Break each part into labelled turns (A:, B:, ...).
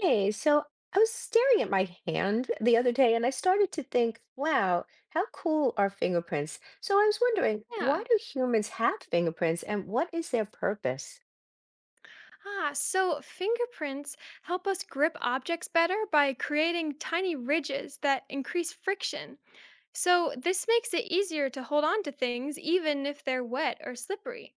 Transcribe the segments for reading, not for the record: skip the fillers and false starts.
A: Hey, so I was staring at my hand the other day and I started to think, wow, how cool are fingerprints? So I was wondering,
B: Yeah.
A: why do humans have fingerprints and what is their purpose?
B: So fingerprints help us grip objects better by creating tiny ridges that increase friction. So this makes it easier to hold on to things even if they're wet or slippery.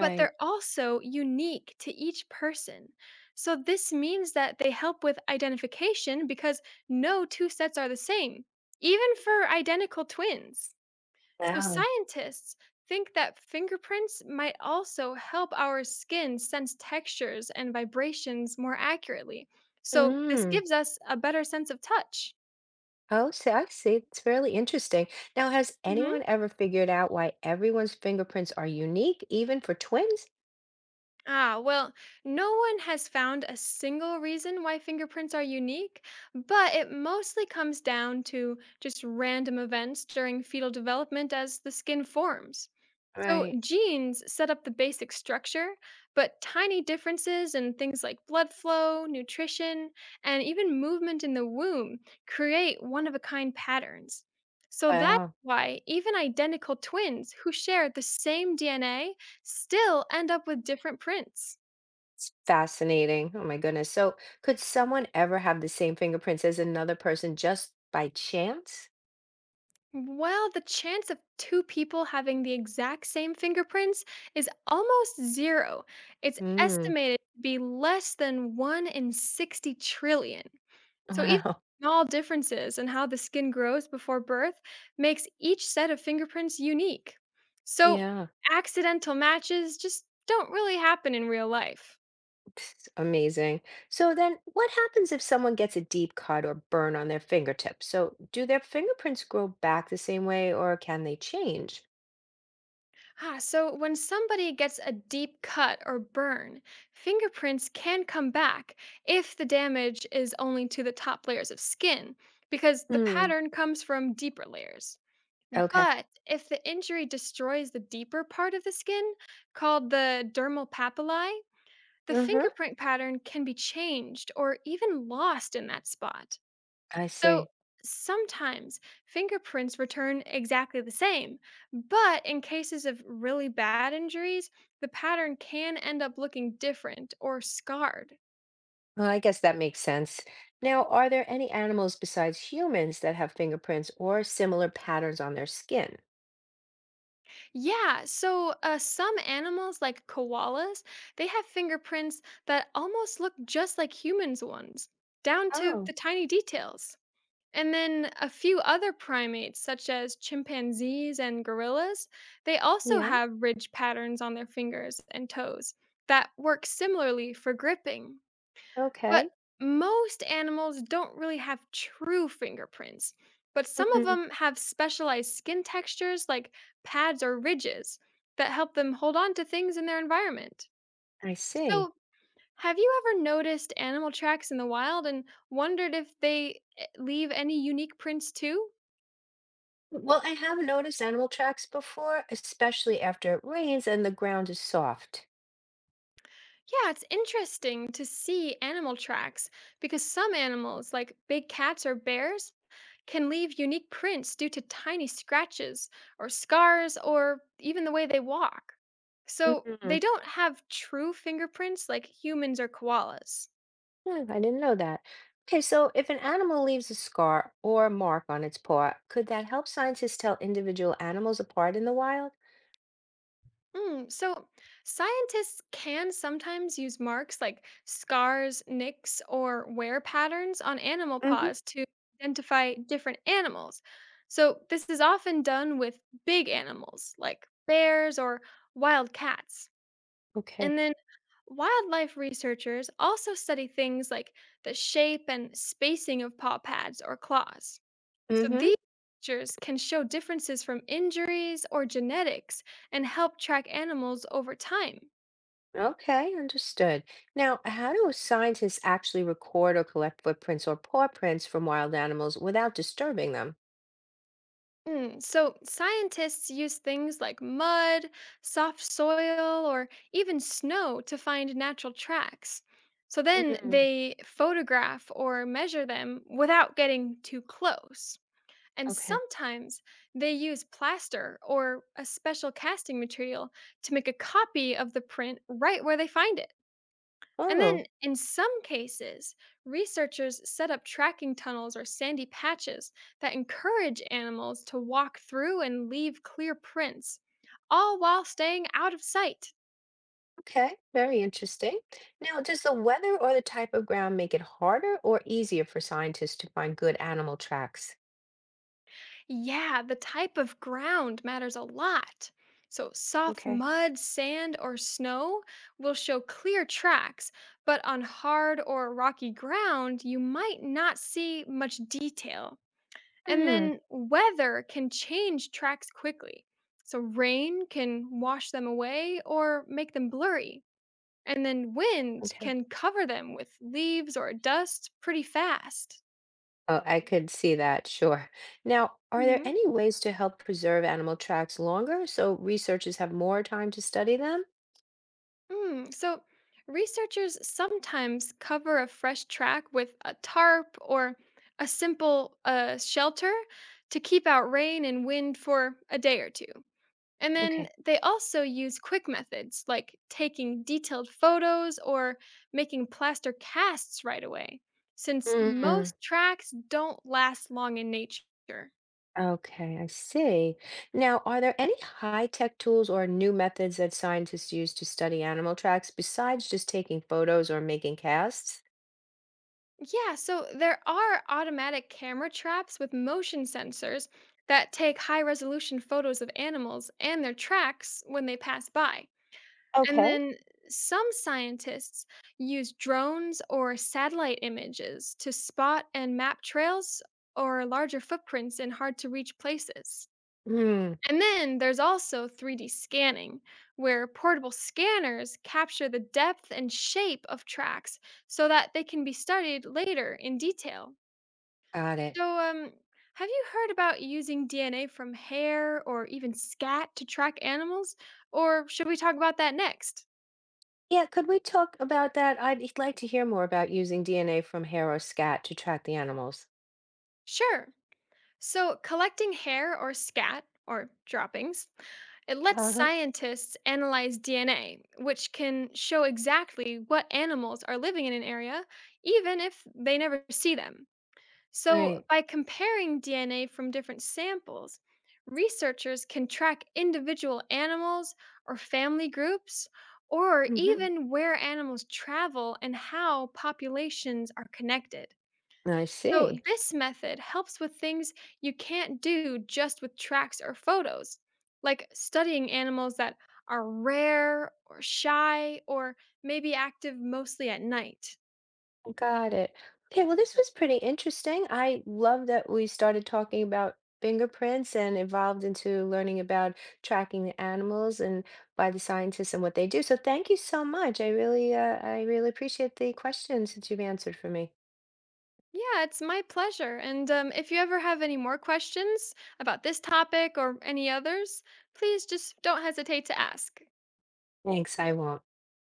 B: But they're also unique to each person. So this means that they help with identification because no two sets are the same, even for identical twins. So
A: Wow.
B: scientists think that fingerprints might also help our skin sense textures and vibrations more accurately. So this
A: Mm.
B: gives us a better sense of touch.
A: Oh, so I see. It's fairly interesting. Now, has
B: Mhm.
A: anyone ever figured out why everyone's fingerprints are unique, even for twins?
B: Well, no one has found a single reason why fingerprints are unique, but it mostly comes down to just random events during fetal development as the skin forms. So
A: Right.
B: genes set up the basic structure, but tiny differences in things like blood flow, nutrition, and even movement in the womb create one of a kind patterns. So that's
A: Wow,
B: why even identical twins who share the same DNA still end up with different prints.
A: it's fascinating. Oh my goodness. So could someone ever have the same fingerprints as another person just by chance?
B: Well, the chance of two people having the exact same fingerprints is almost zero. It's
A: Mm,
B: estimated to be less than 1 in 60 trillion. So even
A: wow.
B: small differences in how the skin grows before birth makes each set of fingerprints unique. So
A: Yeah.
B: accidental matches just don't really happen in real life.
A: Psst, amazing. So then what happens if someone gets a deep cut or burn on their fingertips? So do their fingerprints grow back the same way or can they change?
B: So when somebody gets a deep cut or burn, fingerprints can come back if the damage is only to the top layers of skin, because the
A: Mm,
B: pattern comes from deeper layers.
A: okay.
B: But if the injury destroys the deeper part of the skin, called the dermal papillae, the
A: Mm-hmm.
B: fingerprint pattern can be changed or even lost in that spot.
A: I
B: So
A: see.
B: sometimes fingerprints return exactly the same, but in cases of really bad injuries, the pattern can end up looking different or scarred.
A: Well, I guess that makes sense. Now, are there any animals besides humans that have fingerprints or similar patterns on their skin?
B: Yeah, so some animals, like koalas, they have fingerprints that almost look just like humans' ones, down to
A: Oh,
B: the tiny details. And then a few other primates, such as chimpanzees and gorillas, they also
A: yeah.
B: have ridge patterns on their fingers and toes that work similarly for gripping.
A: Okay.
B: But most animals don't really have true fingerprints, but some of
A: Mm,
B: them have specialized skin textures like pads or ridges that help them hold on to things in their environment.
A: I see.
B: So, have you ever noticed animal tracks in the wild and wondered if they leave any unique prints too?
A: Well, I have noticed animal tracks before, especially after it rains and the ground is soft.
B: Yeah, it's interesting to see animal tracks because some animals, like big cats or bears, can leave unique prints due to tiny scratches or scars or even the way they walk. So
A: Mm,
B: they don't have true fingerprints like humans or koalas.
A: hmm, I didn't know that. Okay, so if an animal leaves a scar or a mark on its paw, could that help scientists tell individual animals apart in the wild?
B: So scientists can sometimes use marks like scars, nicks, or wear patterns on animal
A: Mm-hmm.
B: paws to identify different animals. So this is often done with big animals like bears or wild cats.
A: Okay.
B: And then wildlife researchers also study things like the shape and spacing of paw pads or claws. So
A: Mm-hmm.
B: these pictures can show differences from injuries or genetics and help track animals over time.
A: Okay, understood. Now, how do scientists actually record or collect footprints or paw prints from wild animals without disturbing them?
B: So scientists use things like mud, soft soil, or even snow to find natural tracks. So then
A: Mm,
B: they photograph or measure them without getting too close. And
A: okay.
B: sometimes they use plaster or a special casting material to make a copy of the print right where they find it. And
A: Oh,
B: then, in some cases, researchers set up tracking tunnels or sandy patches that encourage animals to walk through and leave clear prints, all while staying out of sight.
A: okay, very interesting. Now, does the weather or the type of ground make it harder or easier for scientists to find good animal tracks?
B: Yeah, the type of ground matters a lot. So, soft
A: Okay.
B: mud, sand, or snow will show clear tracks, but on hard or rocky ground, you might not see much detail. And
A: Hmm,
B: then weather can change tracks quickly. So rain can wash them away or make them blurry. And then wind
A: okay.
B: can cover them with leaves or dust pretty fast.
A: Oh, I could see that, sure. Now, are there
B: hmm
A: any ways to help preserve animal tracks longer so researchers have more time to study them?
B: Mm. So researchers sometimes cover a fresh track with a tarp or a simple shelter to keep out rain and wind for a day or 2. And then
A: Okay.
B: they also use quick methods like taking detailed photos or making plaster casts right away, since
A: Mm,
B: most tracks don't last long in nature.
A: okay, I see. Now, are there any high-tech tools or new methods that scientists use to study animal tracks besides just taking photos or making casts?
B: Yeah, so there are automatic camera traps with motion sensors that take high resolution photos of animals and their tracks when they pass by. And
A: Okay.
B: then some scientists use drones or satellite images to spot and map trails or larger footprints in hard to reach places.
A: Mm,
B: And then there's also 3D scanning, where portable scanners capture the depth and shape of tracks so that they can be studied later in detail.
A: got it.
B: So, have you heard about using DNA from hair or even scat to track animals? Or should we talk about that next?
A: Yeah, could we talk about that? I'd like to hear more about using DNA from hair or scat to track the animals.
B: Sure. So, collecting hair or scat or droppings, it lets
A: Uh-huh.
B: scientists analyze DNA, which can show exactly what animals are living in an area, even if they never see them. So,
A: Right.
B: by comparing DNA from different samples, researchers can track individual animals or family groups, or
A: Hmm,
B: even where animals travel and how populations are connected.
A: I
B: So
A: see.
B: this method helps with things you can't do just with tracks or photos, like studying animals that are rare or shy or maybe active mostly at night.
A: Got it. Okay, well, this was pretty interesting. I love that we started talking about fingerprints and evolved into learning about tracking the animals and by the scientists and what they do. So thank you so much. I really appreciate the questions that you've answered for me.
B: Yeah, it's my pleasure. And if you ever have any more questions about this topic or any others, please just don't hesitate to ask.
A: Thanks. I won't.